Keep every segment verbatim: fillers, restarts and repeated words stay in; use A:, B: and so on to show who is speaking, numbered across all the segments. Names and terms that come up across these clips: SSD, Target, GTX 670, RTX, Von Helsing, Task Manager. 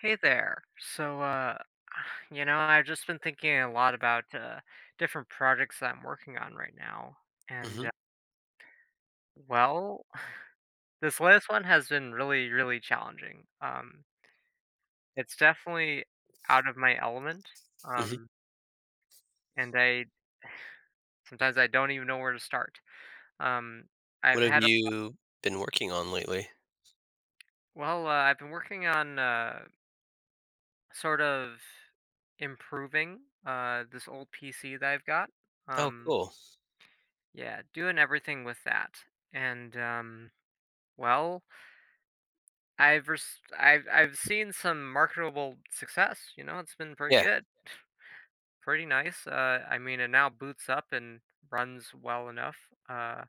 A: Hey there. So, uh, you know, I've just been thinking a lot about uh, different projects that I'm working on right now. And, uh,
B: Mhm,
A: well, this latest one has been really, really challenging. Um, it's definitely out of my element.
B: mhm.
A: Um, and I sometimes I don't even know where to start. Um,
B: What
A: I've
B: have
A: had, a,
B: you been working on lately?
A: well, uh, I've been working on uh, sort of improving uh, this old P C that I've got.
B: Oh,
A: Um,
B: cool.
A: Yeah, doing everything with that. And um well, I've res- I've I've seen some marketable success, you know, it's been pretty
B: Yeah,
A: good. Pretty nice. Uh I mean, it now boots up and runs well enough. Uh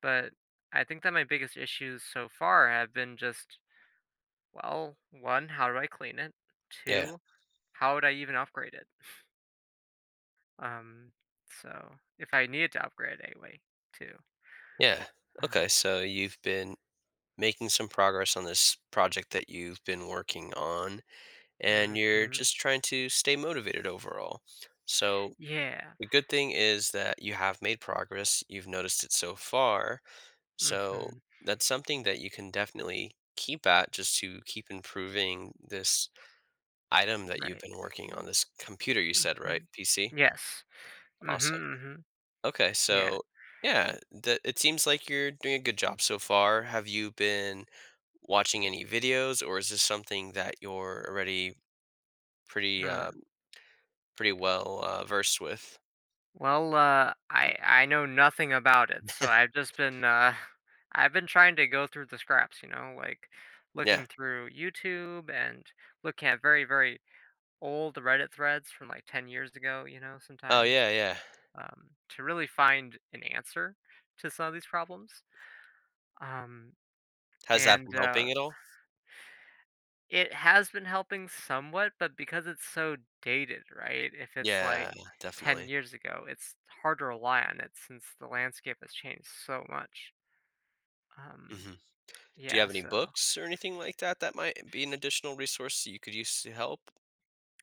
A: but I think that my biggest issues so far have been just well, one, how do I clean it?
B: yeah,
A: Two, how would I even upgrade it? Um so if I needed to upgrade it anyway, too.
B: yeah.
A: Uh,
B: Okay, so you've been making some progress on this project that you've been working on, and you're
A: mhm.
B: just trying to stay motivated overall. So
A: Yeah.
B: the good thing is that you have made progress. You've noticed it so far. So
A: Mhm.
B: that's something that you can definitely keep at just to keep improving this item that you've
A: Right.
B: been working on, this computer you said, right?
A: Mhm.
B: P C?
A: Yes.
B: Awesome.
A: Mhm, mhm.
B: Okay,
A: Yeah.
B: so yeah, that it seems like you're doing a good job so far. Have you been watching any videos, or is this something that you're already pretty uh
A: Mm.
B: pretty well uh, versed with?
A: Well, uh, I I know nothing about it, so I've just been uh, I've been trying to go through the scraps, you know, like
B: Yeah.
A: looking through YouTube and looking at very very old Reddit threads from like ten years ago, you know,
B: Oh
A: sometimes
B: yeah, yeah.
A: um, to really find an answer to some of these problems. Um,
B: Has that been
A: and uh,
B: helping at all?
A: It has been helping somewhat, but because it's so dated, right? If it's
B: Yeah,
A: like ten
B: definitely.
A: years ago, it's hard to rely on it since the landscape has changed so much. Um,
B: Hmm. Do you
A: yeah,
B: have any
A: so
B: books or anything like that that might be an additional resource that you could use to help?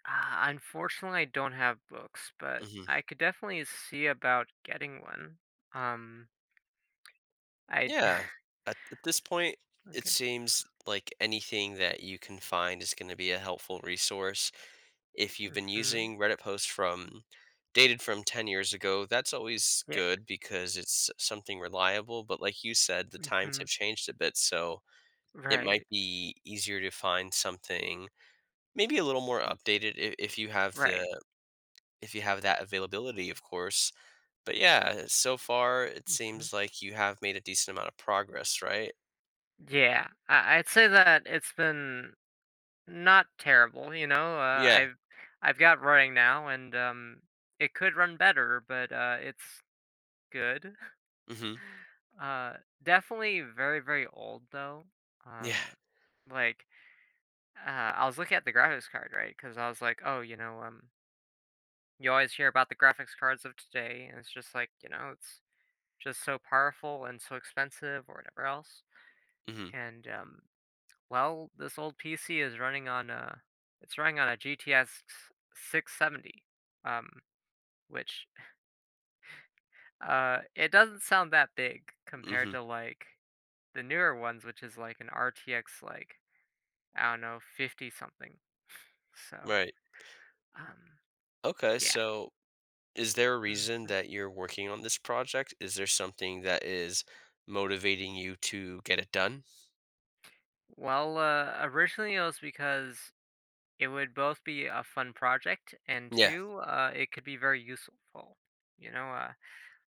A: uh, unfortunately, I don't have books, but
B: Mm-hmm.
A: I could definitely see about getting one. Um, I
B: Yeah. At, at this point, it
A: okay,
B: seems like anything that you can find is going to be a helpful resource. If you've been
A: hmm
B: using Reddit posts from dated from ten years ago, that's always
A: yeah,
B: good because it's something reliable. But like you said, the times
A: hmm
B: have changed a bit. So it might
A: right,
B: be easier to find something maybe a little more updated if, if you have the
A: right,
B: if you have that availability, of course, but yeah, so far it
A: hmm
B: seems like you have made a decent amount of progress, right?
A: yeah. I, I'd say that it's been not terrible, you know, uh,
B: Yeah.
A: I've I've got running now and, um, It could run better, but, uh, it's good.
B: Mhm.
A: Uh, definitely very, very old though.
B: Yeah.
A: Um, like, uh, I was looking at the graphics card, right? Because I was like, "Oh, you know, um, you always hear about the graphics cards of today," and it's just like, you know, it's just so powerful and so expensive or whatever else,
B: Mhm.
A: and, um Well, this old P C is running on a it's running on a G T X six seventy, um, which uh, it doesn't sound that big compared
B: Mhm.
A: to like the newer ones, which is like an R T X like I don't know fifty something. So
B: Right.
A: um,
B: Okay,
A: yeah.
B: so is there a reason
A: Hmm.
B: that you're working on this project? Is there something that is motivating you to get it done?
A: Well, uh, originally it was because it would both be a fun project and
B: Yeah.
A: two, uh, it could be very useful. You know, uh.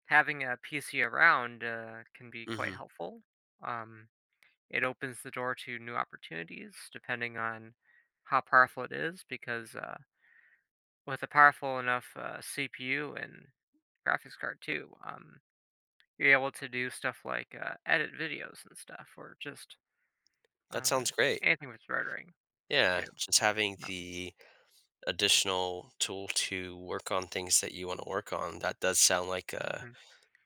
A: having a P C around uh, can be quite
B: Mhm.
A: helpful. Um, it opens the door to new opportunities depending on how powerful it is, because uh, with a powerful enough uh, C P U and graphics card too, um, you're able to do stuff like uh, edit videos and stuff, or just
B: That sounds
A: um,
B: great.
A: anything with rendering
B: Yeah,
A: too.
B: just having
A: Uh,
B: the additional tool to work on things that you wanna work on, that does sound like a
A: mhm,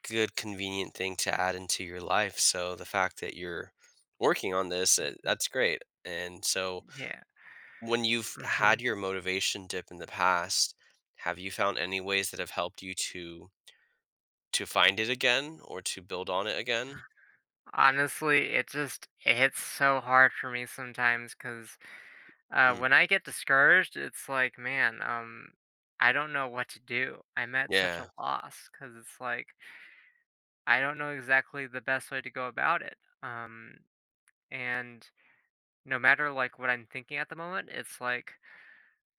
B: good convenient thing to add into your life, so the fact that you're working on this, uh,
A: mhm.
B: that's great, and so
A: Yeah.
B: when you've had
A: Hmm.
B: your motivation dip in the past, have you found any ways that have helped you to to find it again or to build on it again?
A: Honestly, it just it hits so hard for me sometimes because Uh,
B: Mm,
A: when I get discouraged, it's like, man, um, I don't know what to do. I'm at such
B: yeah.
A: a loss because it's like I don't know exactly the best way to go about it. Um, and no matter like what I'm thinking at the moment, it's like,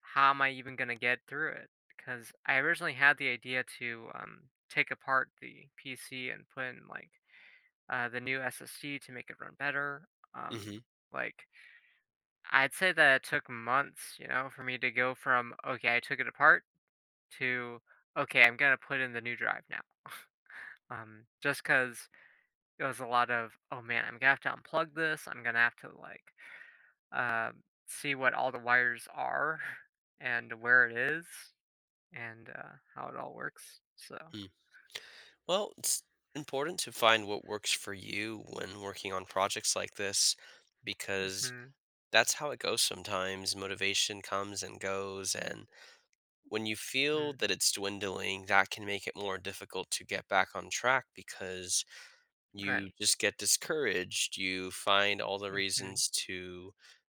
A: how am I even gonna get through it? Because I originally had the idea to um take apart the P C and put in like uh the new S S D to make it run better. Um,
B: Mhm.
A: like I'd say that it took months, you know, for me to go from, okay, I took it apart to, okay, I'm going to put in the new drive now. Um, just because it was a lot of, oh man, I'm going to have to unplug this. I'm going to have to like uh, see what all the wires are and where it is and uh, how it all works. So,
B: Mm. Well, it's important to find what works for you when working on projects like this because
A: mm-hmm,
B: that's how it goes sometimes. Motivation comes and goes. And when you feel that
A: mm,
B: it's dwindling, that can make it more difficult to get back on track because you
A: right.
B: just get discouraged. You find all the
A: Mm-hmm,
B: reasons to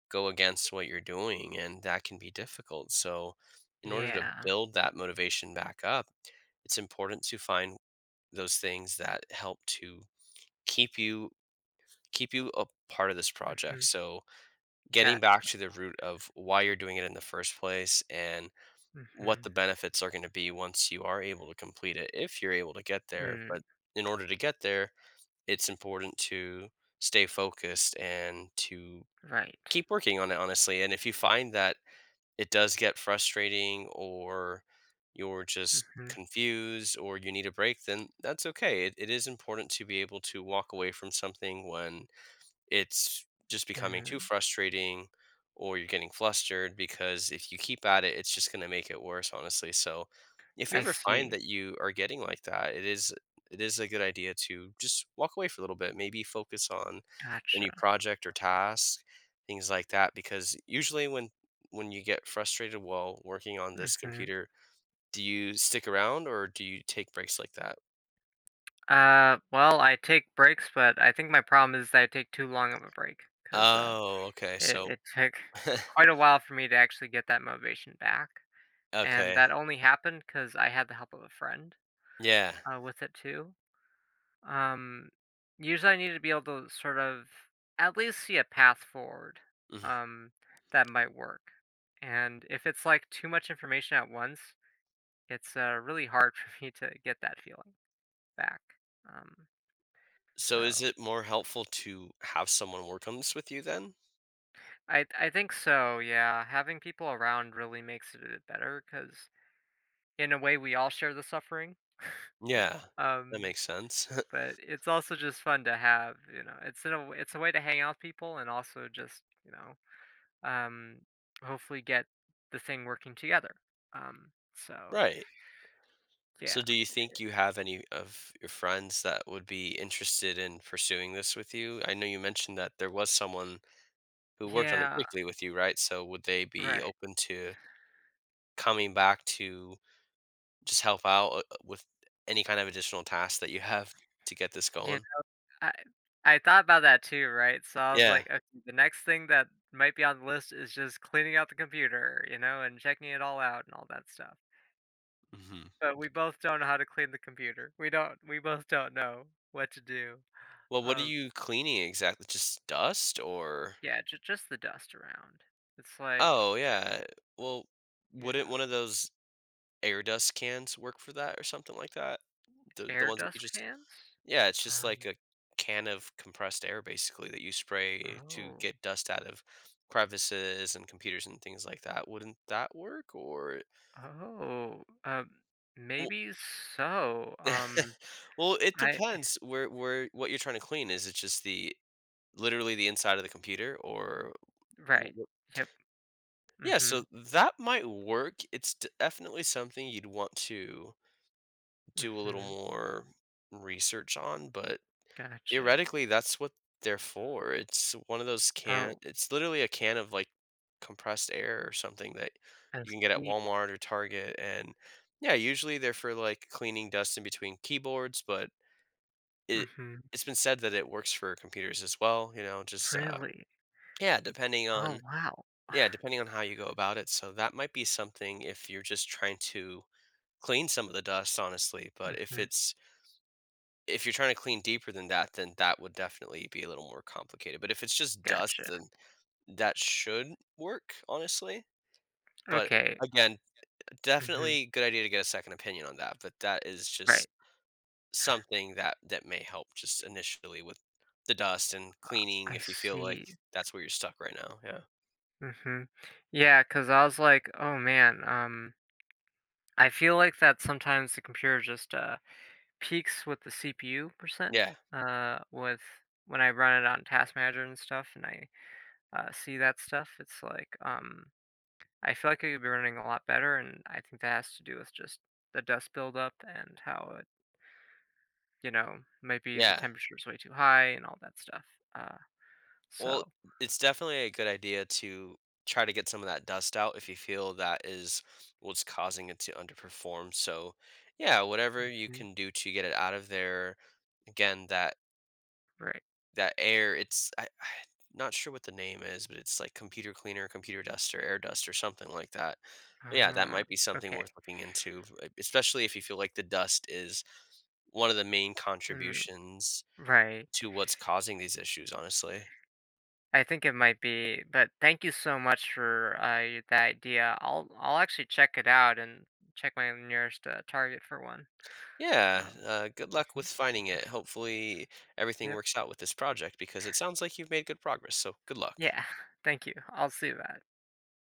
B: go against what you're doing, and that can be difficult. So, in order to
A: yeah.
B: build that motivation back up, it's important to find those things that help to keep you keep you a part of this project.
A: Mm-hmm,
B: So, getting back
A: gotcha.
B: to the root of why you're doing it in the first place and what
A: Mm-hmm,
B: the benefits are going to be once you are able to complete it if you're able to get there, but
A: mm,
B: in order to get there it's important to stay focused and to
A: right.
B: keep working on it honestly, and if you find that it does get frustrating or you're just
A: Mm-hmm,
B: confused or you need a break, then that's okay, it, it is important to be able to walk away from something when it's just becoming too
A: mm,
B: frustrating or you're getting flustered, because if you keep at it, it's just going to make it worse, honestly. So if you
A: I
B: ever find
A: see.
B: that you are getting like that, it is it is a good idea to just walk away for a little bit, maybe focus on a new
A: Gotcha.
B: project or task, things like that, because usually when when you get frustrated while working on this
A: Mhm.
B: computer, do you stick around or do you take breaks like that?
A: Uh, well, I take breaks, but I think my problem is that I take too long of a break because uh,
B: Oh, okay.
A: it,
B: So
A: it took quite a while for me to actually get that motivation back, and
B: okay.
A: that only happened because I had the help of a friend
B: Yeah.
A: uh, with it too. Um, usually I need to be able to sort of at least see a path forward. Um, that might work, and if it's like too much information at once, it's uh, really hard for me to get that feeling back. Um,
B: So is
A: so.
B: it more helpful to have someone work on this with you then?
A: I I think so, yeah. Having people around really makes it a better because, in a way we all share the suffering.
B: Yeah, that
A: Um,
B: makes sense.
A: but it's also just fun to have, you know. It's in a w it's a way to hang out with people and also just, you know, um, hopefully get the thing working together. Um, so
B: Right.
A: yeah.
B: So do you think you have any of your friends that would be interested in pursuing this with you? I know you mentioned that there was someone who worked on it
A: Yeah,
B: briefly with you, right? So would they be
A: right.
B: open to coming back to just help out uh, with any kind of additional tasks that you have to get this
A: Yeah,
B: going?
A: I I thought about that too, right? So I was
B: Yeah.
A: like, "Okay, the next thing that might be on the list is just cleaning out the computer," you know, and checking it all out and all that stuff.
B: Hmm.
A: But we both don't know how to clean the computer. We don't we both don't know what to do.
B: Well, what are
A: Um,
B: you cleaning exactly? Just dust, or?
A: yeah, ju just the dust around. It's like
B: Oh, yeah. Well, wouldn't
A: yeah,
B: one of those air dust cans work for that or something like that? The the
A: air
B: ones that you
A: dust
B: just
A: cans?
B: Yeah, it's just like
A: Um,
B: a can of compressed air basically that you spray to
A: oh,
B: get dust out of crevices and computers and things like that. Wouldn't that work, or
A: oh, um,
B: well,
A: maybe so. Um,
B: well, it
A: I
B: depends where where what you're trying to clean. Is it just the literally the inside of the computer or wh-
A: right.
B: wh-
A: Yep.
B: Yeah,
A: Mhm.
B: so that might work. It's definitely something you'd want to do a little
A: Mhm.
B: more research on, but
A: Gotcha.
B: theoretically that's what they're for. It's one of those can
A: Oh,
B: it's literally a can of like compressed air or something that
A: I
B: you can get at
A: see.
B: Walmart or Target, and yeah, usually they're for like cleaning dust in between keyboards, but it
A: Mhm.
B: it's been said that it works for computers as well, you know, just uh
A: Really?
B: yeah, depending
A: Oh,
B: on
A: wow.
B: yeah, depending on how you go about it. So that might be something if you're just trying to clean some of the dust honestly, but if
A: Mhm.
B: it's if you're trying to clean deeper than that, then that would definitely be a little more complicated, but if it's just dust,
A: Gotcha.
B: then that should work, honestly, but
A: Okay.
B: again,
A: Mhm.
B: definitely good idea to get a second opinion on that, but that is
A: Right.
B: just something that that may help just initially with the dust and
A: Uh,
B: cleaning
A: I
B: if you feel like
A: see.
B: that's where you're stuck right now, yeah.
A: Mm-hmm. Yeah, because I was like, oh man, um, I feel like that sometimes the computer just uh peaks with the C P U percent,
B: Yeah,
A: uh, with when I run it on Task Manager and stuff, and I uh, see that stuff. It's like, um, I feel like it could be running a lot better, and I think that has to do with just the dust buildup and how it, you know, maybe the
B: yeah.
A: temperature is way too high and all that stuff. Uh,
B: Well,
A: so
B: it's definitely a good idea to try to get some of that dust out if you feel that is what's causing it to underperform. So, yeah, whatever you
A: Mhm.
B: can do to get it out of there. Again, that
A: right.
B: that air, it's I, I not sure what the name is, but it's like computer cleaner, computer dust, or air dust, or something like that. But yeah, that
A: Uh,
B: might be something
A: okay.
B: worth looking into, e- especially if you feel like the dust is one of the main
A: Mm,
B: contributions
A: right.
B: to what's causing these issues. Honestly.
A: I think it might be, but thank you so much for uh, y- that idea. I'll I'll actually check it out and check my nearest uh, Target for one.
B: Yeah,
A: Um,
B: uh, good luck with finding it. Hopefully, everything
A: yep.
B: works out with this project because it sounds like you've made good progress. So, good luck.
A: Yeah. Thank you. I'll see that.